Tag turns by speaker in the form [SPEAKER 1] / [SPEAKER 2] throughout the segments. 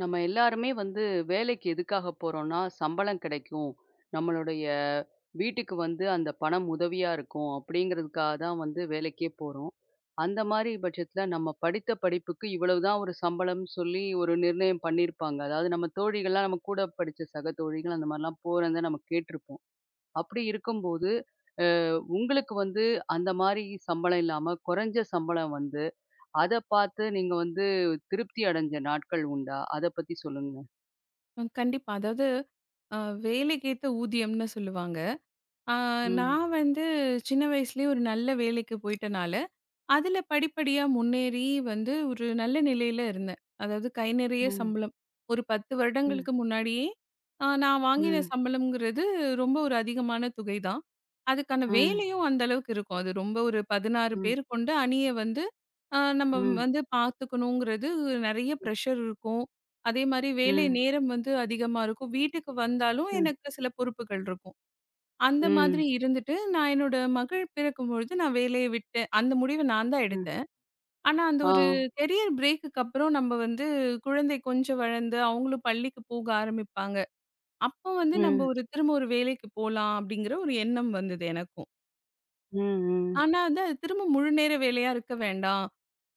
[SPEAKER 1] நம்ம எல்லாருமே வந்து வேலைக்கு எதுக்காக போறோம்னா, சம்பளம் கிடைக்கும். நம்மளுடைய வீட்டுக்கு வந்து அந்த பணம் உதவியா இருக்கும். அப்படிங்கிறதுக்காக தான் வந்து வேலைக்கே போறோம். அந்த மாரி பட்சத்தில நம்ம படித்த படிப்புக்கு இவ்வளவு தான் ஒரு சம்பளம்னு சொல்லி ஒரு நிர்ணயம் பண்ணியிருப்பாங்க. அதாவது நம்ம தோழிகள்லாம் நம்ம கூட படிச்ச சக தோழிகள் அந்த மாரிலாம் போறத நம்ம கேட்டுருப்போம். அப்படி இருக்கும்போது, அ உங்களுக்கு வந்து அந்த மாரி சம்பளம் இல்லாம குறைஞ்ச சம்பளம் வந்து அத பார்த்து நீங்க வந்து திருப்தி அடைஞ்ச நாட்கள் உண்டா? அத பத்தி சொல்லுங்க.
[SPEAKER 2] கண்டிப்பா. அதாவது, அ வேலைக்கேத்த ஊதியம்னு சொல்லுவாங்க. அ
[SPEAKER 1] ம்,
[SPEAKER 2] நான் வந்து சின்ன வயசுலயே ஒரு நல்ல வேலைக்கு போயிட்டனால, அதுல படிப்படியா முன்னேறி வந்து ஒரு நல்ல நிலையில இருந்தேன். அதாவது கை நிறைய
[SPEAKER 1] ம்,
[SPEAKER 2] சம்பளம். ஒரு 10
[SPEAKER 1] ம்,
[SPEAKER 2] வருடங்களுக்கு முன்னாடியே நான் வாங்கின
[SPEAKER 1] ம்,
[SPEAKER 2] சம்பளம்ங்கிறது ரொம்ப ஒரு அதிகமான தொகை தான். அதுக்கான
[SPEAKER 1] ம்,
[SPEAKER 2] வேலையும் அந்த அளவுக்கு இருக்கும். அது ரொம்ப ஒரு 16
[SPEAKER 1] ம்,
[SPEAKER 2] பேர் கொண்ட அணிய வந்து நம்ம
[SPEAKER 1] ம்,
[SPEAKER 2] வந்து பார்த்துக்கணுங்கிறது நெறைய
[SPEAKER 1] ம்,
[SPEAKER 2] ப்ரெஷர் இருக்கும். அதே மாரி வேலை
[SPEAKER 1] ம்,
[SPEAKER 2] நேரம் வந்து அதிகமா இருக்கும். வீட்டுக்கு வந்தாலும் எனக்கு சில பொறுப்புகள் இருக்கும். அந்த மாதிரி
[SPEAKER 1] ம்,
[SPEAKER 2] இருந்துட்டு நான் என்னோட மகள் பிறக்கும்பொழுது நான் வேலைய விட்டேன். அந்த முடிவ நான் தான்
[SPEAKER 1] ம்,
[SPEAKER 2] எடுத்தேன். ஆனா, அந்த
[SPEAKER 1] ஆ.
[SPEAKER 2] ஒரு கெரியர் பிரேக்குக்கு அப்புறம் நம்ம வந்து குழந்தை கொஞ்சம் வளர்ந்து, அவங்களும் பள்ளிக்கு போக ஆரம்பிப்பாங்க. அப்போ வந்து நம்ம
[SPEAKER 1] ம்,
[SPEAKER 2] ஒரு திரும்ப ஒரு வேலைக்கு போலாம் அப்படிங்கிற ஒரு எண்ணம் வந்தது எனக்கும்.
[SPEAKER 1] ம், ம்,
[SPEAKER 2] ஆனா வந்து அது திரும்ப முழு நேர வேலையா இருக்க வேண்டாம்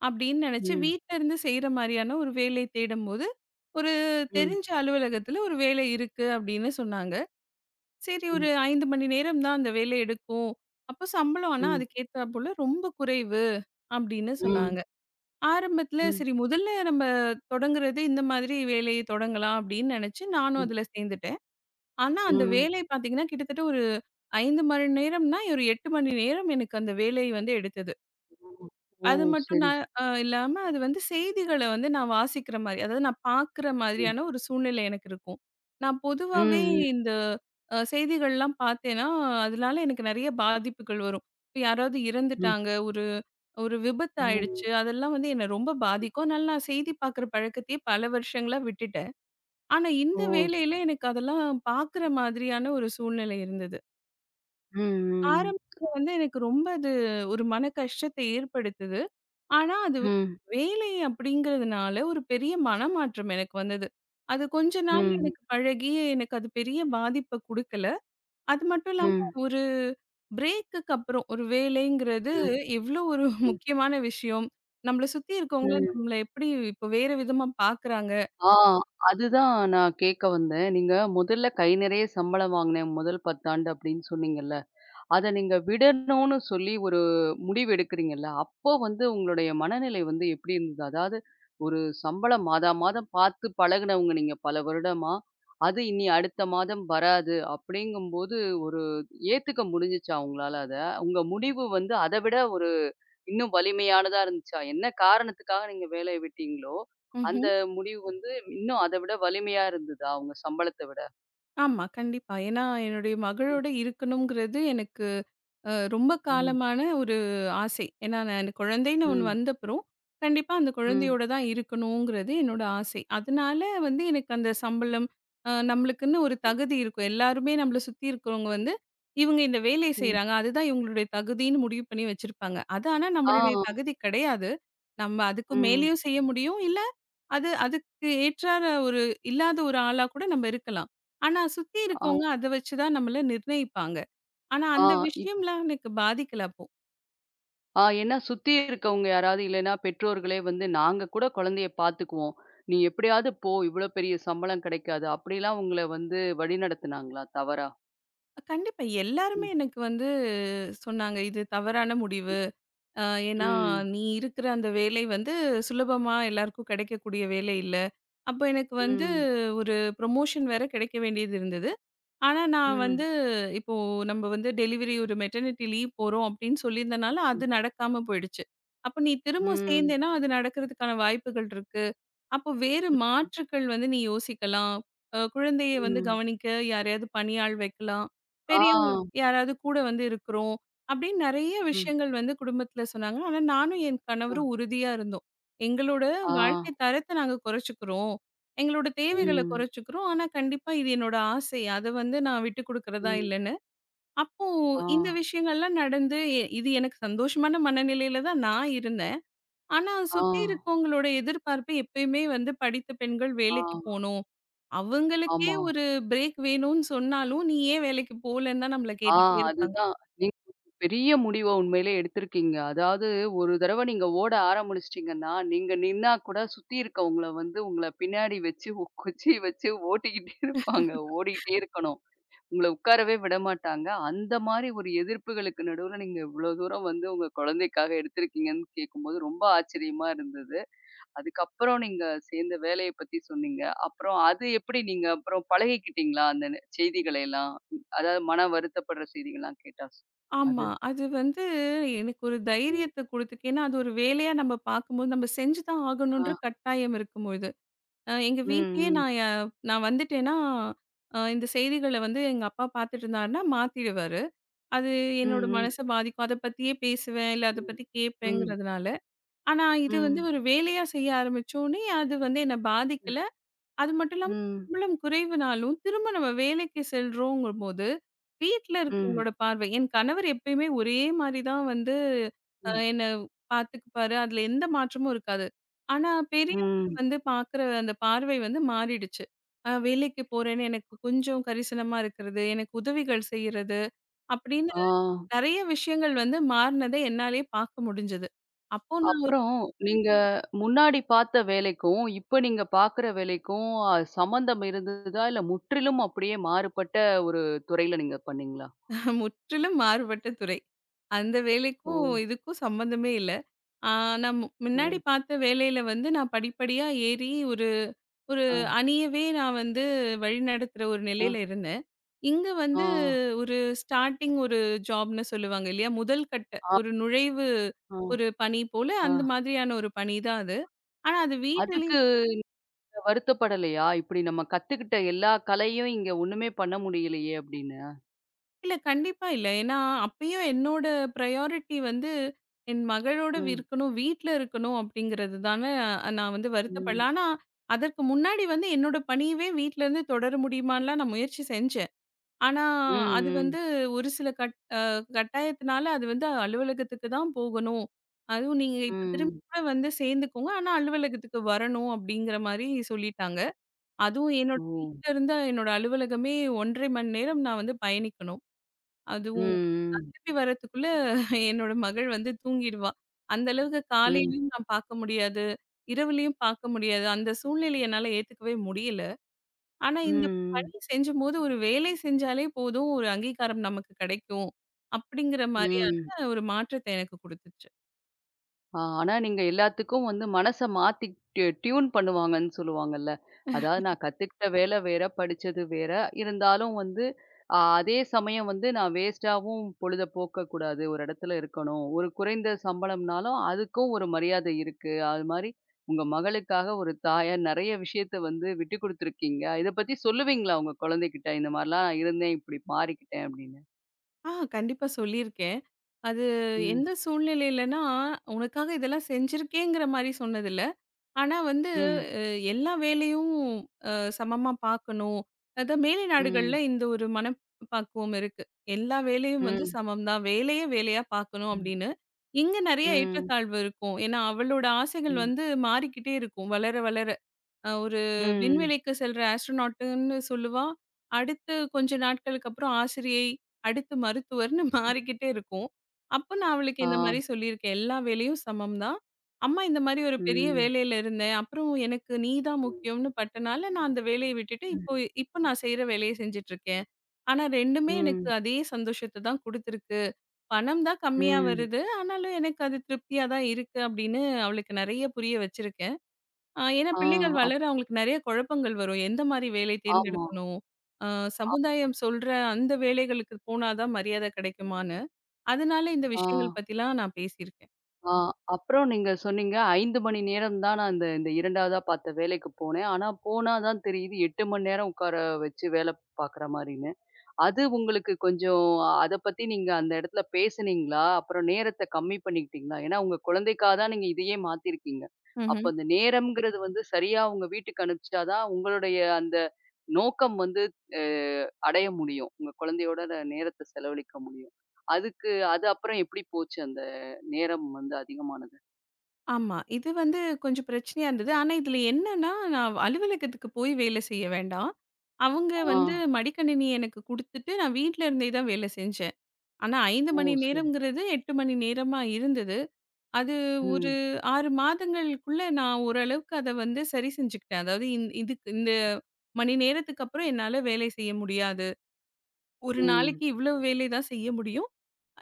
[SPEAKER 2] அப்படின்னு நெனச்சு,
[SPEAKER 1] ம்,
[SPEAKER 2] வீட்ல இருந்து செய்ற மாரியான ஒரு வேலை தேடும்போது, ஒரு
[SPEAKER 1] ம்,
[SPEAKER 2] தெரிஞ்ச அலுவலகத்துல ஒரு வேலை இருக்கு அப்படின்னு சொன்னாங்க. சரி ஒரு
[SPEAKER 1] ம்,
[SPEAKER 2] 5 மணி நேரம் தான் அந்த வேலை எடுக்கும். அப்போ சம்பளம் ஆனா
[SPEAKER 1] ம்,
[SPEAKER 2] அதுக்கேத்தாற்போல ரொம்ப குறைவு அப்படின்னு
[SPEAKER 1] ம்,
[SPEAKER 2] சொன்னாங்க. ஆரம்பத்துல
[SPEAKER 1] ம்,
[SPEAKER 2] சரி முதல்ல நம்ம தொடங்குறது இந்த மாதிரி வேலையை தொடங்கலாம் அப்படின்னு நினைச்சு நானும்
[SPEAKER 1] ம்,
[SPEAKER 2] அதுல சேர்ந்துட்டேன். ஆனா அந்த
[SPEAKER 1] ம்.
[SPEAKER 2] வேலை பார்த்தீங்கன்னா, கிட்டத்தட்ட ஒரு 5 மணி நேரம்னா, ஒரு 8 மணி நேரம் எனக்கு அந்த வேலை வந்து எடுத்தது.
[SPEAKER 1] ஓ!
[SPEAKER 2] அது மட்டும்
[SPEAKER 1] சரி,
[SPEAKER 2] நான்
[SPEAKER 1] சரி.
[SPEAKER 2] இல்லாம அது வந்து செய்திகள வந்து நான் வாசிக்கிற மாரி, அதாவது நான் பார்க்குற
[SPEAKER 1] ம்,
[SPEAKER 2] மாதிரியான ஒரு சூழ்நிலை எனக்கு இருக்கும். நான்
[SPEAKER 1] ம்,
[SPEAKER 2] பொதுவாவே
[SPEAKER 1] ம்,
[SPEAKER 2] இந்த செய்திகள்லாம் பார்த்தேன்னா, அதனால எனக்கு நெறைய பாதிப்புகள் வரும். இப்ப யாராவது
[SPEAKER 1] ம்.
[SPEAKER 2] இறந்துட்டாங்க, ஒரு ஒரு விபத்து
[SPEAKER 1] ஓ!
[SPEAKER 2] ஆயிடுச்சு. அதெல்லாம் வந்து என்ன ரொம்ப பாதிக்கும். அதனால நான் செய்தி பார்க்குற பழக்கத்தையே பல வருஷங்களா விட்டுட்டேன். ஆனா இந்த
[SPEAKER 1] ஓ!
[SPEAKER 2] வேலையில எனக்கு அதெல்லாம் பார்க்குற மாதிரியான ஒரு சூழ்நிலை இருந்தது.
[SPEAKER 1] ம், ம்,
[SPEAKER 2] ஆரம்பத்துல வந்து எனக்கு ரொம்ப அது ஒரு மன கஷ்டத்த ஏற்படுத்துது. ஆனா அது
[SPEAKER 1] ம்,
[SPEAKER 2] வேலை அப்படிங்கிறதுனால ஒரு பெரிய மனமாற்றம் எனக்கு வந்தது. அது கொஞ்ச நாள்
[SPEAKER 1] ம்,
[SPEAKER 2] எனக்கு பழகி எனக்கு அது பெரிய பாதிப்ப குடுக்கல. அது மட்டும் இல்லாம
[SPEAKER 1] ம்,
[SPEAKER 2] ஒரு பிரேக்குக்கு அப்புறம் ஒரு வேலைங்கிறது
[SPEAKER 1] ம்,
[SPEAKER 2] எவ்வளோ ஒரு
[SPEAKER 1] ம்,
[SPEAKER 2] முக்கியமான விஷயம். நம்மள சுத்தி இருக்கவங்கள
[SPEAKER 1] ம்.
[SPEAKER 2] நம்மள எப்படி இப்ப வேற விதமா பார்க்குறாங்க.
[SPEAKER 1] ஆ அதுதான் நான் கேட்க வந்தேன். நீங்க முதல்ல கை நிறைய சம்பளம் வாங்கினேன் முதல் 10 ஆண்டு அப்படின்னு சொன்னீங்கல்ல. அத நீங்க விடணும்னு சொல்லி ஒரு முடிவு எடுக்கிறீங்கல்ல, அப்போ வந்து உங்களுடைய மனநிலை வந்து எப்படி இருந்தது? அதாவது ஒரு சம்பளம் மாதா மாதம் பார்த்து பழகுனவங்க நீங்க பல வருடமா, அது இனி அடுத்த மாதம் வராது அப்படிங்கும்போது ஒரு ஏத்துக்க முடிஞ்சுச்சா உங்களால அத? உங்க முடிவு வந்து அத விட ஒரு இன்னும் வலிமையானதா இருந்துச்சா? என்ன காரணத்துக்காக நீங்க வேலைய விட்டீங்களோ, அந்த
[SPEAKER 2] ம்ஹ்ம்.
[SPEAKER 1] முடிவு வந்து இன்னும் அத விட வலிமையா இருந்ததா? உங்க சம்பளத்த விட?
[SPEAKER 2] ஆமா, கண்டிப்பா. ஏன்னா என்னுடைய
[SPEAKER 1] ம்.
[SPEAKER 2] மகளோட இருக்கணுங்கிறது எனக்கு ரொம்ப
[SPEAKER 1] ம்.
[SPEAKER 2] காலமான ஒரு ஆசை. ஏன்னா, நான் எனக்கு குழந்தைன்னு ஒண்ணு
[SPEAKER 1] ம்.
[SPEAKER 2] வந்தப்புறம், கண்டிப்பா அந்த
[SPEAKER 1] ம்.
[SPEAKER 2] குழந்தையோட தான் இருக்கணுங்கிறது என்னோட ஆசை. அதனால வந்து எனக்கு அந்த சம்பளம், நம்மளுக்குன்னு ஒரு தகுதி இருக்கும். எல்லாருமே நம்மள சுத்தி இருக்கிறவங்க வந்து, இவங்க இந்த வேலைய
[SPEAKER 1] ம்.
[SPEAKER 2] செய்றாங்க. அதுதான் இவங்களுடைய தகுதின்னு முடிவு பண்ணி வச்சிருப்பாங்க. அது ஆனா
[SPEAKER 1] ஆ.
[SPEAKER 2] நம்மளுடைய தகுதி கிடையாது. நம்ம அதுக்கு
[SPEAKER 1] ம்.
[SPEAKER 2] மேலேயும் செய்ய முடியும். இல்ல, அது அதுக்கு ஏற்றாற ஒரு இல்லாத ஒரு ஆளா கூட நம்ம இருக்கலாம். ஆனா சுத்தி
[SPEAKER 1] ஆ.
[SPEAKER 2] இருக்கவங்க அத வச்சு தான் நம்மள நிர்ணயிப்பாங்க. ஆனா,
[SPEAKER 1] ஆ.
[SPEAKER 2] அந்த
[SPEAKER 1] இப்
[SPEAKER 2] விஷயம்லாம் எனக்கு பாதிக்கல அப்போ.
[SPEAKER 1] ஆ ஏன்னா சுத்தி இருக்கவங்க யாராவது இல்லன்னா, பெற்றோர்களே வந்து நாங்க கூட குழந்தைய பார்த்துக்குவோம். நீ எப்படியாவது போ, இவ்வளோ பெரிய சம்பளம் கிடைக்காது. அப்படிலாம் உங்கள வந்து வழிநடத்துனாங்களா தவறா?
[SPEAKER 2] கண்டிப்பா எல்லாருமே
[SPEAKER 1] ம்.
[SPEAKER 2] எனக்கு வந்து சொன்னாங்க, "இது தவறான முடிவு. அ ஏன்னா
[SPEAKER 1] ம்.
[SPEAKER 2] நீ இருக்கிற அந்த வேலை வந்து சுலபமா எல்லாருக்கும் கிடைக்கக்கூடிய வேலை இல்ல." அப்ப எனக்கு வந்து
[SPEAKER 1] ம்.
[SPEAKER 2] ஒரு ப்ரமோஷன் வேற கிடைக்க வேண்டியது இருந்தது. ஆனா, நான் வந்து
[SPEAKER 1] ம்.
[SPEAKER 2] இப்போ நம்ம வந்து டெலிவரி ஒரு மெட்டர்னிட்டி லீவ் போறோம் அப்படின்னு சொல்லியிருந்தனால,
[SPEAKER 1] ம்.
[SPEAKER 2] அது நடக்காம போயிடுச்சு. அப்ப நீ திரும்ப
[SPEAKER 1] ம்.
[SPEAKER 2] சேர்ந்தேன்னா, அது நடக்கிறதுக்கான வாய்ப்புகள் இருக்கு. அப்போ வேறு மாற்றுக்கள் வந்து நீ யோசிக்கலாம். குழந்தைய வந்து
[SPEAKER 1] ம்.
[SPEAKER 2] கவனிக்க யாரையாவது பணியாள் வைக்கலாம்.
[SPEAKER 1] ஆ.
[SPEAKER 2] பெரியவங்க யாராவது கூட வந்து இருக்கிறோம். அப்படின்னு நெறைய
[SPEAKER 1] ம்.
[SPEAKER 2] விஷயங்கள் வந்து குடும்பத்தில சொன்னாங்க. ஆனா நானும் என்
[SPEAKER 1] அ.
[SPEAKER 2] கணவரும் உறுதியா இருந்தோம். எங்களோட
[SPEAKER 1] ஆ.
[SPEAKER 2] வாழ்க்கை தரத்த நாங்க குறைச்சுக்கிறோம். எங்களோட தேவைகள
[SPEAKER 1] ம்,
[SPEAKER 2] குறைச்சுக்கிறோம். ஆனா கண்டிப்பா இது என்னோட ஆசை. அத வந்து நான் விட்டுக் குடுக்கிறதா
[SPEAKER 1] ம்.
[SPEAKER 2] இல்லன்னு. அப்போ
[SPEAKER 1] ஆ,
[SPEAKER 2] இந்த விஷயங்கள்லாம் நடந்து இது எனக்கு சந்தோஷமான மனநிலையில தான் நான் இருந்தேன். ஆனா,
[SPEAKER 1] ஆ,
[SPEAKER 2] சுத்தி இருக்கவங்களோட எதிர்பார்ப்பு எப்பயுமே வந்து படித்த பெண்கள்
[SPEAKER 1] ஆ,
[SPEAKER 2] வேலைக்கு போணும். அவங்களுக்கே
[SPEAKER 1] ஆமா.
[SPEAKER 2] ஒரு பிரேக் வேணும்னு சொன்னாலும், "நீ ஏன் வேலைக்கு போலன்னு?" தான் நம்மள
[SPEAKER 1] ஆ
[SPEAKER 2] கேட்டுட்டே இருப்பாங்க.
[SPEAKER 1] அதுதான். நீங்க ஒரு பெரிய முடிவ உண்மையிலே எடுத்திருக்கீங்க. அதாவது ஒரு தடவ நீங்க ஓட ஆரம்பிச்சுட்டீங்கன்னா, நீங்க நின்னா கூட சுத்தி இருக்கவங்கள வந்து உங்கள பின்னாடி வச்சு குச்சி வச்சு ஓட்டிக்கிட்டே இருப்பாங்க. ஓடிக்கிட்டே இருக்கணும். உங்கள உட்காரவே விடமாட்டாங்க. அந்த மாரி ஒரு எதிர்ப்புகளுக்கு நடுவுல நீங்க இவ்ளோ தூரம் வந்து உங்க குழந்தைக்காக எடுத்திருக்கீங்கன்னு கேட்கும்போது ரொம்ப ஆச்சரியமா இருந்தது. அதுக்கப்புறம் நீங்க சேர்ந்த வேலைய பத்தி சொன்னீங்க. அப்புறம் அது எப்படி நீங்க அப்புறம் பழகிக்கிட்டீங்களா? அந்த செய்திகளை எல்லாம்? அதாவது மனம் வருத்தப்படுற செய்திகள்லாம் கேட்டா?
[SPEAKER 2] ஆமா.
[SPEAKER 1] அது.
[SPEAKER 2] அது வந்து எனக்கு ஒரு தைரியத்த குடுத்துச்சு. ஏன்னா, அது ஒரு வேலையா நம்ம பார்க்கும்போது, நம்ம செஞ்சு தான் ஆகணுன்ற
[SPEAKER 1] ஆ.
[SPEAKER 2] கட்டாயம் இருக்கும்பொழுது. எங்க வீட்லயே
[SPEAKER 1] ம்,
[SPEAKER 2] நான் வந்துட்டேன்னா, இந்த செய்திகள வந்து எங்க அப்பா பார்த்துட்டு இருந்தாருன்னா, மாத்திடுவாரு. அது
[SPEAKER 1] ஆ,
[SPEAKER 2] என்னோட
[SPEAKER 1] ம்.
[SPEAKER 2] மனச பாதிக்கும். அத பத்தியே பேசுவேன், இல்ல அத
[SPEAKER 1] ம்,
[SPEAKER 2] பத்தி
[SPEAKER 1] ம். ம்.
[SPEAKER 2] கேட்பேங்கிறதுனால. ஆனா,
[SPEAKER 1] ம்.
[SPEAKER 2] இது வந்து
[SPEAKER 1] ம்.
[SPEAKER 2] ஒரு வேலையா செய்ய ஆரம்பிச்சோனே, அது வந்து என்ன பாதிக்கல. அது மட்டும் இல்லாம
[SPEAKER 1] ம்.
[SPEAKER 2] சம்பளம் குறைவுனாலும், திரும்ப நம்ம வேலைக்கு செல்றோங்கும்போது, வீட்ல
[SPEAKER 1] ம்.
[SPEAKER 2] இருக்கவங்களோட பார்வை என் கணவர் எப்பயுமே ஒரே மாரி தான் வந்து என்ன பார்த்துக்குப்பாரு. அதுல எந்த மாற்றமும் இருக்காது. ஆனா, பெரியவங்க
[SPEAKER 1] ம்.
[SPEAKER 2] வந்து பார்க்குற அந்த பார்வை வந்து மாறிடுச்சு. வேலைக்கு போறேன்னு எனக்கு கொஞ்சம் கரிசனமா இருக்கிறது, எனக்கு உதவிகள் செய்றது, அப்படின்னு
[SPEAKER 1] ஆ.
[SPEAKER 2] நெறைய விஷயங்கள் வந்து மாறுனத என்னாலயே பார்க்க முடிஞ்சது. அப்போ
[SPEAKER 1] அப்புறம் நீங்க முன்னாடி பார்த்த வேலைக்கும், இப்ப நீங்க பார்க்குற வேலைக்கும் சம்மந்தம் இருந்ததா? இல்ல முற்றிலும் அப்படியே மாறுபட்ட ஒரு துறையில நீங்க பண்ணீங்களா?
[SPEAKER 2] முற்றிலும் மாறுபட்ட துறை. அந்த
[SPEAKER 1] ஓ!
[SPEAKER 2] வேலைக்கும், இதுக்கும் சம்மந்தமே இல்ல. ஆ நான்
[SPEAKER 1] ஓ!
[SPEAKER 2] முன்னாடி பார்த்த வேலையில வந்து நான் படிப்படியா ஏறி ஒரு ஒரு
[SPEAKER 1] ஆ,
[SPEAKER 2] அணியவே நான் வந்து வழிநடத்துற ஒரு
[SPEAKER 1] ஆ,
[SPEAKER 2] நிலையில இருந்தேன். இங்க
[SPEAKER 1] ஆ.
[SPEAKER 2] வந்து ஒரு ஸ்டார்ட்டிங் ஒரு ஜாப்ன்னு சொல்லுவாங்க இல்லையா? முதல் கட்ட
[SPEAKER 1] ஆ,
[SPEAKER 2] ஒரு நுழைவு
[SPEAKER 1] ஆ,
[SPEAKER 2] ஒரு பணி போல
[SPEAKER 1] ஆ.
[SPEAKER 2] அந்த மாதிரியான ஒரு பணி தான் அது. ஆனா அது வீட்டிலே
[SPEAKER 1] அதுக்கு வருத்தப்படலையா? இப்படி நம்ம கத்துக்கிட்ட எல்லா கலையும் இங்க ஒண்ணுமே பண்ண முடியலையே அப்படின்னு.
[SPEAKER 2] இல்ல. கண்டிப்பா இல்ல. ஏன்னா, அப்பயும் என்னோட பிரையாரிட்டி வந்து என் மகளோட
[SPEAKER 1] ம்,
[SPEAKER 2] இருக்கணும், வீட்ல இருக்கணும் அப்படிங்கிறது தான நான் வந்து வருத்தப்படல.
[SPEAKER 1] ம்,
[SPEAKER 2] ஆனா, அதற்கு முன்னாடி வந்து என்னோட பணியவே வீட்லருந்து தொடர முடியுமான்லாம் நான் முயற்சி செஞ்சேன். ஆனா,
[SPEAKER 1] ம்,
[SPEAKER 2] அது
[SPEAKER 1] ம்,
[SPEAKER 2] வந்து ஒரு சில கட்டாயத்தினால அது வந்து அலுவலகத்துக்கு தான் போகணும். அதுவும் நீங்க இப்ப திரும்ப
[SPEAKER 1] ம்.
[SPEAKER 2] கூட வந்து சேர்ந்துக்கோங்க. ஆனா, அலுவலகத்துக்கு வரணும் அப்படிங்கிற மாரி சொல்லிட்டாங்க. அதுவும் என்னோட
[SPEAKER 1] ஓ!
[SPEAKER 2] வீட்லருந்து என்னோட அலுவலகமே 1 1/2 மணி நேரம் நான் வந்து பயணிக்கணும்.
[SPEAKER 1] ம்,
[SPEAKER 2] அதுவும்
[SPEAKER 1] ம்,
[SPEAKER 2] திரும்பி வரதுக்குள்ள என்னோட மகள் வந்து தூங்கிடுவா. அந்த அளவுக்கு
[SPEAKER 1] ம்,
[SPEAKER 2] காலையிலயும் நான் பார்க்க முடியாது. இரவுலயும் பார்க்க முடியாது. அந்த சூழ்நிலைய என்னால ஏத்துக்கவே முடியல. ஆனா, இந்த
[SPEAKER 1] ம்,
[SPEAKER 2] பணி செஞ்சும்போது ஒரு வேலை செஞ்சாலே போதும், ஒரு அங்கீகாரம் நமக்கு கிடைக்கும். அப்படிங்கிற
[SPEAKER 1] ம்.
[SPEAKER 2] மாரியான ஒரு மாற்றத்த எனக்கு குடுத்துச்சு.
[SPEAKER 1] ஆ, ஆனா நீங்க எல்லாத்துக்கும் வந்து மனச மாத்தி ட்யூ டியூன் பண்ணுவாங்கன்னு சொல்லுவாங்கல்ல. அதாவது நான் கத்துக்கிட்ட வேலை வேற, படிச்சது வேற. இருந்தாலும் வந்து அ அதே சமயம் வந்து நான் வேஸ்ட்டாவும் பொழுத போக்கக்கூடாது. ஒரு இடத்துல இருக்கணும். ஒரு குறைந்த சம்பளம்னாலும் அதுக்கும் ஒரு மரியாதை இருக்கு. அது மாரி உங்க மகளுக்காக ஒரு தாயா நெறைய விஷயத்த வந்து விட்டு குடுத்துருக்கீங்க. இத பத்தி சொல்லுவீங்களா உங்க குழந்தைகிட்ட? இந்த மாரிலாம் இருந்தேன், இப்படி மாறிக்கிட்டேன் அப்படின்னு.
[SPEAKER 2] கண்டிப்பா சொல்லியிருக்கேன். அது
[SPEAKER 1] ம்.
[SPEAKER 2] எந்த சூழ்நிலையிலனா, உனக்காக இதெல்லாம் செஞ்சிருக்கேங்கிற மாரி சொன்னதில்ல. ஆனா வந்து,
[SPEAKER 1] ம்.
[SPEAKER 2] அ எல்லா வேலையும் அ சமமா பார்க்கணும். அதான் மேலை நாடுகள்ல
[SPEAKER 1] ம்.
[SPEAKER 2] இந்த ஒரு மனப்பக்குவம் இருக்கு. எல்லா வேலையும் வந்து
[SPEAKER 1] ம்.
[SPEAKER 2] சமம் தான். வேலைய வேலையா பார்க்கணும்
[SPEAKER 1] ம்.
[SPEAKER 2] அப்படின்னு. இங்க நெறைய
[SPEAKER 1] ம்.
[SPEAKER 2] ஏற்றத்தாழ்வு இருக்கும். ஏன்னா அவளோட ஆசைகள்
[SPEAKER 1] ம்.
[SPEAKER 2] வந்து மாறிக்கிட்டே இருக்கும். வளர, வளர. ஒரு
[SPEAKER 1] ம்.
[SPEAKER 2] விண்வெளிக்கு செல்ற ஆஸ்ட்ரோநாட்டுன்னு சொல்லுவா. அடுத்து கொஞ்ச நாட்களுக்கு அப்புறம் ஆசிரியை, அடுத்து மருத்துவர்ன்னு மாறிக்கிட்டே இருக்கும். அப்ப நான் அவளுக்கு
[SPEAKER 1] ஆ.
[SPEAKER 2] இந்த மாரி சொல்லியிருக்கேன். எல்லா வேலையும் சமம் தான். அம்மா இந்த மாரி ஒரு பெரிய
[SPEAKER 1] ம்.
[SPEAKER 2] வேலையில இருந்தேன். அப்புறம் எனக்கு நீ தான் முக்கியம்னு பட்டனால, நான் அந்த வேலைய விட்டுட்டு
[SPEAKER 1] ம்.
[SPEAKER 2] இப்போ இப்ப நான் செய்ற வேலைய செஞ்சுட்டுருக்கேன். ஆனா 2மே எனக்கு
[SPEAKER 1] ம்.
[SPEAKER 2] அதே சந்தோஷத்த தான் குடுத்துருக்கு. பணம் தான் கம்மியா
[SPEAKER 1] ம்.
[SPEAKER 2] வருது. ஆனாலும் எனக்கு அது திருப்தியா தான் இருக்கு அப்படின்னு அவளுக்கு நெறைய புரிய வச்சிருக்கேன். ஏன்னா
[SPEAKER 1] ஆ.
[SPEAKER 2] பிள்ளைகள்
[SPEAKER 1] அப்
[SPEAKER 2] வளர அவங்களுக்கு நெறைய குழப்பங்கள் வரும். எந்த மாரி வேலை
[SPEAKER 1] ஆமா.
[SPEAKER 2] தேர்ந்தெடுக்கணும்? அ
[SPEAKER 1] அ
[SPEAKER 2] சமுதாயம் சொல்ற அந்த வேலைகளுக்கு போனா தான் மரியாதை கிடைக்குமான்னு. அதனால இந்த
[SPEAKER 1] ஆ.
[SPEAKER 2] விஷயங்கள் பத்திலாம் நான் பேசியிருக்கேன்.
[SPEAKER 1] ஆ. அப்புறம் நீங்க சொன்னீங்க 5 மணி நேரம் தான் நான் இந்த இந்த 2வதா பார்த்த வேலைக்கு போனேன். ஆனா போனா தான் தெரியுது 8 மணி நேரம் உட்கார வச்சு வேலை பார்க்குற மாரின்னு. அது உங்களுக்கு கொஞ்சம் அத பத்தி நீங்க அந்த இடத்துல பேசுனீங்களா? அப்புறம் நேரத்த கம்மி பண்ணிக்கிட்டீங்களா? ஏன்னா உங்க குழந்தைக்காக தான் நீங்க இதையே மாத்திருக்கீங்க. அப்ப
[SPEAKER 2] ம்ஹ்ம்.
[SPEAKER 1] அந்த நேரம்ங்கிறது வந்து சரியா உங்க வீட்டுக்கு அனுப்பிச்சா தான் உங்களுடைய அந்த நோக்கம் வந்து அ அடைய முடியும். உங்க குழந்தையோட நேரத்த செலவழிக்க முடியும். அதுக்கு அது அப்புறம் எப்படி போச்சு அந்த நேரம் வந்து அதிகமானது?
[SPEAKER 2] ஆமா. இது வந்து கொஞ்சம் பிரச்சனையா இருந்தது. ஆனா இதுல என்னன்னா, நான் அலுவலகத்துக்கு போய் வேலை செய்ய வேண்டாம். அவங்க
[SPEAKER 1] ஆ.
[SPEAKER 2] வந்து மடிக்கணினி எனக்கு குடுத்துட்டு, நான் வீட்ல இருந்தே தான் வேலை செஞ்சேன். ஆனா 5
[SPEAKER 1] ஓ!
[SPEAKER 2] மணி
[SPEAKER 1] சரி.
[SPEAKER 2] நேரம்ங்கிறது 8 மணி நேரமா இருந்தது. அது ஒரு
[SPEAKER 1] ம்.
[SPEAKER 2] 6 மாதங்களுக்குள்ள நான் ஓரளவுக்கு அத வந்து சரி செஞ்சுக்கிட்டேன். அதாவது இதுக்கு இந்த மணி நேரத்துக்கு அப்புறம் என்னால வேலை செய்ய முடியாது. ஒரு
[SPEAKER 1] ம்.
[SPEAKER 2] நாளைக்கு இவ்வளவு வேலை தான் செய்ய முடியும்.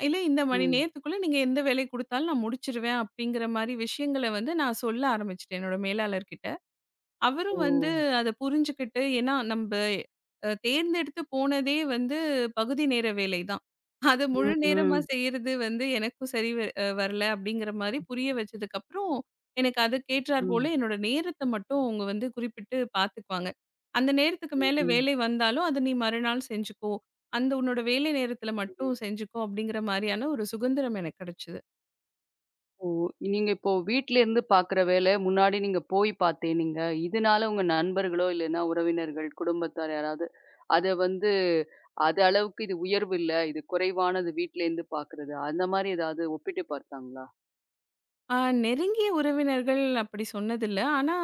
[SPEAKER 2] இல்ல இந்த மணி
[SPEAKER 1] ம்.
[SPEAKER 2] நேரத்துக்குள்ள நீங்க எந்த வேலை குடுத்தாலும் நான் முடிச்சுருவேன். அப்படிங்கிற மாரி விஷயங்கள வந்து நான் சொல்ல ஆரம்பிச்சுட்டேன் என்னோட மேலாளர்கிட்ட. அவரும்
[SPEAKER 1] ஓ!
[SPEAKER 2] வந்து அத புரிஞ்சுக்கிட்டு ஏன்னா நம்ப தேர்ந்தெடுத்து போனதே வந்து பகுதி நேர வேலை தான். அத முழு நேரமா
[SPEAKER 1] ம்.
[SPEAKER 2] செய்றது வந்து எனக்கும் சரி வ அ வரல அப்படிங்கிற மாரி புரிய வச்சதுக்கப்புறம், எனக்கு அதுக்கேற்றார் போல
[SPEAKER 1] ம்.
[SPEAKER 2] என்னோட நேரத்த மட்டும் அவங்க வந்து குறிப்பிட்டு பார்த்துக்குவாங்க. அந்த நேரத்துக்கு மேல
[SPEAKER 1] ம்.
[SPEAKER 2] வேலை வந்தாலும், "அத நீ மறுநாள் செஞ்சுக்கோ. அந்த உன்னோட வேலை நேரத்துல மட்டும்
[SPEAKER 1] ம்.
[SPEAKER 2] செஞ்சுக்கோ" அப்படிங்கிற மாரியான ஒரு சுதந்திரம் எனக்கு கிடைச்சது.
[SPEAKER 1] ஓ! நீங்க இப்போ வீட்லேருந்து பார்க்குற வேல, முன்னாடி நீங்க போய் பார்த்தேன்னீங்க. இதனால உங்க நண்பர்களோ, இல்லைன்னா உறவினர்கள், குடும்பத்தார் யாராவது, அத வந்து "அது அளவுக்கு இது உயர்வு இல்ல. இது குறைவானது வீட்லேருந்து பார்க்குறது." அந்த மாரி ஏதாவது ஒப்பிட்டு பார்த்தாங்களா?
[SPEAKER 2] ஆ, நெருங்கிய உறவினர்கள் அப்படி சொன்னதில்ல. ஆனா,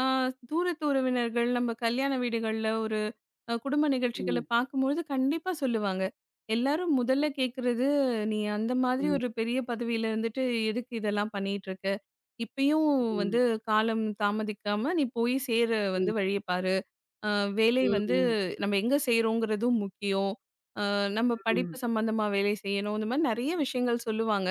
[SPEAKER 2] ஆ தூரத்து உறவினர்கள், நம்ம கல்யாண வீடுகள்ல ஒரு குடும்ப நிகழ்ச்சிகள
[SPEAKER 1] ம்.
[SPEAKER 2] பார்க்கும்பொழுது கண்டிப்பா சொல்லுவாங்க. எல்லாரும் முதல்ல கேட்கறது, "நீ அந்த மாதிரி
[SPEAKER 1] ம்.
[SPEAKER 2] ஒரு பெரிய பதவியில இருந்துட்டு, எதுக்கு இதெல்லாம் பண்ணிட்டுருக்க? இப்பயும் வந்து
[SPEAKER 1] ம்.
[SPEAKER 2] காலம் தாமதிக்காம நீ போய் சேர வந்து
[SPEAKER 1] ம்.
[SPEAKER 2] வழிய பாரு. அ வேலை வந்து
[SPEAKER 1] ம்.
[SPEAKER 2] நம்ம எங்க செய்றோங்கிறதும் முக்கியம். நம்ம படிப்பு
[SPEAKER 1] ம்.
[SPEAKER 2] சம்மந்தமா வேலை செய்யணும்." இந்த மாரி நெறைய விஷயங்கள் சொல்லுவாங்க.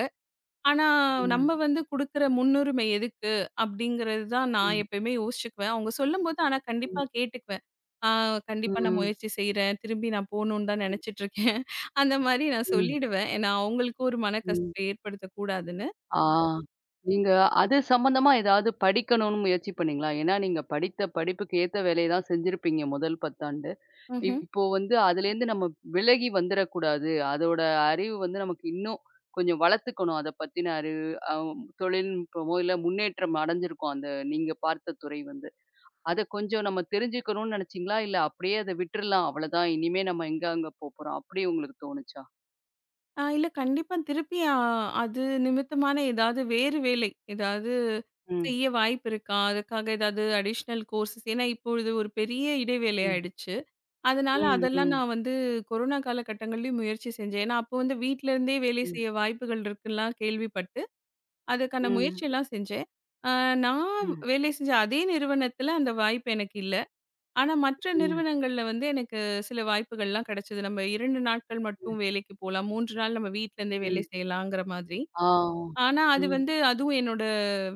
[SPEAKER 2] ஆனா,
[SPEAKER 1] ம்.
[SPEAKER 2] நம்ம
[SPEAKER 1] ம்.
[SPEAKER 2] வந்து குடுக்குற முன்னுரிமை எதுக்கு? அப்படிங்கிறது தான் நான்
[SPEAKER 1] ம்.
[SPEAKER 2] எப்பயுமே யோசிச்சுக்குவேன். அவங்க சொல்லும்போது ஆனா கண்டிப்பா
[SPEAKER 1] ம்.
[SPEAKER 2] கேட்டுக்குவேன். ஆ கண்டிப்பா நான்
[SPEAKER 1] ம்.
[SPEAKER 2] முயற்சி செய்றேன். திரும்பி நான் போணும்னு தான் நெனச்சுட்டுருக்கேன். அந்த மாரி நான்
[SPEAKER 1] ம்.
[SPEAKER 2] சொல்லிடுவேன். ஏன்னா, அவங்களுக்கும் ஒரு
[SPEAKER 1] ம்.
[SPEAKER 2] மனக்கசப்ப ஏற்படுத்தக் கூடாதுன்னு.
[SPEAKER 1] ஆ. நீங்க அது சம்மந்தமா ஏதாவது படிக்கணும்னு முயற்சி பண்ணீங்களா? ஏன்னா, நீங்க படித்த படிப்புக்கு ஏத்த வேலைய தான் செஞ்சிருப்பீங்க முதல் 10 ஆண்டு.
[SPEAKER 2] ம்ஹ்ம்.
[SPEAKER 1] இப்போ வந்து அதுலேருந்து நம்ம விலகி வந்துறக்கூடாது. அதோட அறிவு வந்து நமக்கு இன்னும் கொஞ்சம் வளர்த்துக்கணும். அத பத்தின அறிவு அ தொழில்நுட்பமோ, இல்ல முன்னேற்றம் அடைஞ்சிருக்கும். அந்த நீங்க பார்த்த துறை வந்து. அத கொஞ்சம் நம்ம தெரிஞ்சுக்கணும்னு நினைச்சீங்களா? இல்ல அப்படியே அத விட்டுறலாம். அவ்வளதான். இனிமே நம்ம எங்க அங்க போப்போறோம். அப்படி உங்களுக்கு தோணுச்சா?
[SPEAKER 2] ஆ இல்ல கண்டிப்பா திருப்பி அது நிமித்தமான ஏதாவது வேறு வேலை, ஏதாவது
[SPEAKER 1] ம்.
[SPEAKER 2] செய்ய வாய்ப்பு இருக்கா? அதுக்காக ஏதாவது அடிஷ்னல் கோர்ஸஸ் ஏன்னா இப்பொழுது ஒரு பெரிய இடைவேளை
[SPEAKER 1] ம்.
[SPEAKER 2] ஆயிடுச்சு. அதனால
[SPEAKER 1] ம்.
[SPEAKER 2] அதெல்லாம்
[SPEAKER 1] ம்.
[SPEAKER 2] நான் வந்து கொரோனா காலகட்டங்கள்லயும் முயற்சி செஞ்சேன். ஏன்னா, அப்போ வந்து வீட்ல இருந்தே வேலை
[SPEAKER 1] ம்.
[SPEAKER 2] செய்ய வாய்ப்புகள் இருக்குன்லாம் கேள்விப்பட்டு, அதுக்கான
[SPEAKER 1] ம்.
[SPEAKER 2] முயற்சியெல்லாம் செஞ்சேன். அ நான்
[SPEAKER 1] ம்.
[SPEAKER 2] வேலை செஞ்ச அதே நிறுவனத்தில அந்த வாய்ப்பு எனக்கு இல்ல. ஆனா, மற்ற
[SPEAKER 1] ம்.
[SPEAKER 2] நிறுவனங்கள்ல வந்து எனக்கு சில வாய்ப்புகள்லாம் கிடைச்சது. நம்ம 2 நாட்கள்
[SPEAKER 1] ம்.
[SPEAKER 2] மட்டும் வேலைக்கு போலாம். 3 நாள் நம்ம வீட்ல இருந்தே வேலை
[SPEAKER 1] ம்.
[SPEAKER 2] செய்யலாங்கிற மாதிரி.
[SPEAKER 1] ஆ.
[SPEAKER 2] ஆனா, அது
[SPEAKER 1] ம்.
[SPEAKER 2] வந்து அதுவும் என்னோட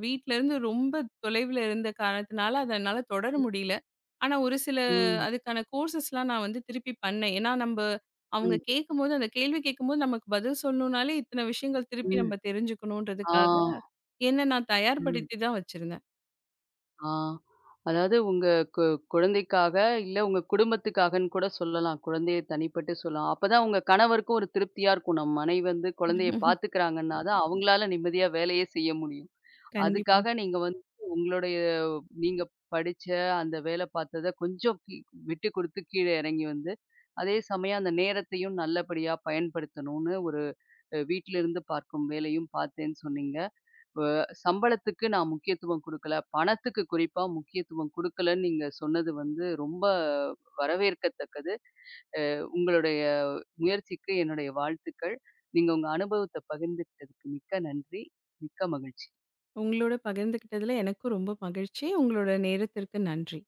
[SPEAKER 2] வீட்லருந்து ரொம்ப தொலைவுல இருந்த காரணத்தினால, அத என்னால தொடர
[SPEAKER 1] ம்.
[SPEAKER 2] முடியல. ஆனா, ஒரு சில
[SPEAKER 1] ம்.
[SPEAKER 2] அதுக்கான கோர்ஸஸ்லாம் நான் வந்து திருப்பி பண்ணேன். ஏன்னா, நம்ப அவங்க கேட்கும்போது அந்த கேள்வி கேட்கும்போது நமக்கு பதில் சொல்லணும்னாலே, இத்தன விஷயங்கள் திருப்பி
[SPEAKER 1] ம்.
[SPEAKER 2] நம்ம தெரிஞ்சுக்கணுன்றதுக்காக,
[SPEAKER 1] ஆ.
[SPEAKER 2] என்ன நான்
[SPEAKER 1] ம்.
[SPEAKER 2] தயார்படுத்தி தான் வச்சிருந்தேன்.
[SPEAKER 1] ஆ. அதாவது உங்க கு குழந்தைக்காக, இல்ல உங்க குடும்பத்துக்காகன்னு கூட சொல்லலாம். குழந்தைய தனிப்பட்டு சொல்லலாம். அப்பதான் உங்க கணவருக்கும் ஒரு திருப்தியா இருக்கும். நம்ம மனைவி வந்து குழந்தைய
[SPEAKER 2] ம்ஹ்ம்.
[SPEAKER 1] பாத்துக்கிறாங்கன்னா தான், அவங்களால நிம்மதியா வேலையே செய்ய முடியும்.
[SPEAKER 2] கண்டிப்பா.
[SPEAKER 1] அதுக்காக நீங்க வந்து உங்களுடைய நீங்க படிச்ச அந்த வேலை பாத்தத கொஞ்சம் விட்டு குடுத்து கீழ இறங்கி வந்து, அதே சமயம் அந்த நேரத்தையும் நல்லபடியா பயன்படுத்தணும்னு ஒரு வீட்ல இருந்து பார்க்கும் வேலையும் பார்த்தேன்னு சொன்னீங்க. அ சம்பளத்துக்கு நான் முக்கியத்துவம் குடுக்கல. பணத்துக்கு குறிப்பா முக்கியத்துவம் குடுக்கலன்னு நீங்க சொன்னது வந்து ரொம்ப வரவேற்கத்தக்கது. உங்களுடைய முயற்சிக்கு என்னுடைய வாழ்த்துக்கள். நீங்க உங்க அனுபவத்த பகிர்ந்துக்கிட்டதுக்கு மிக்க நன்றி. மிக்க மகிழ்ச்சி.
[SPEAKER 2] உங்களோட பகிர்ந்துக்கிட்டதுல எனக்கும் ரொம்ப மகிழ்ச்சி. உங்களோட நேரத்திற்கு நன்றி.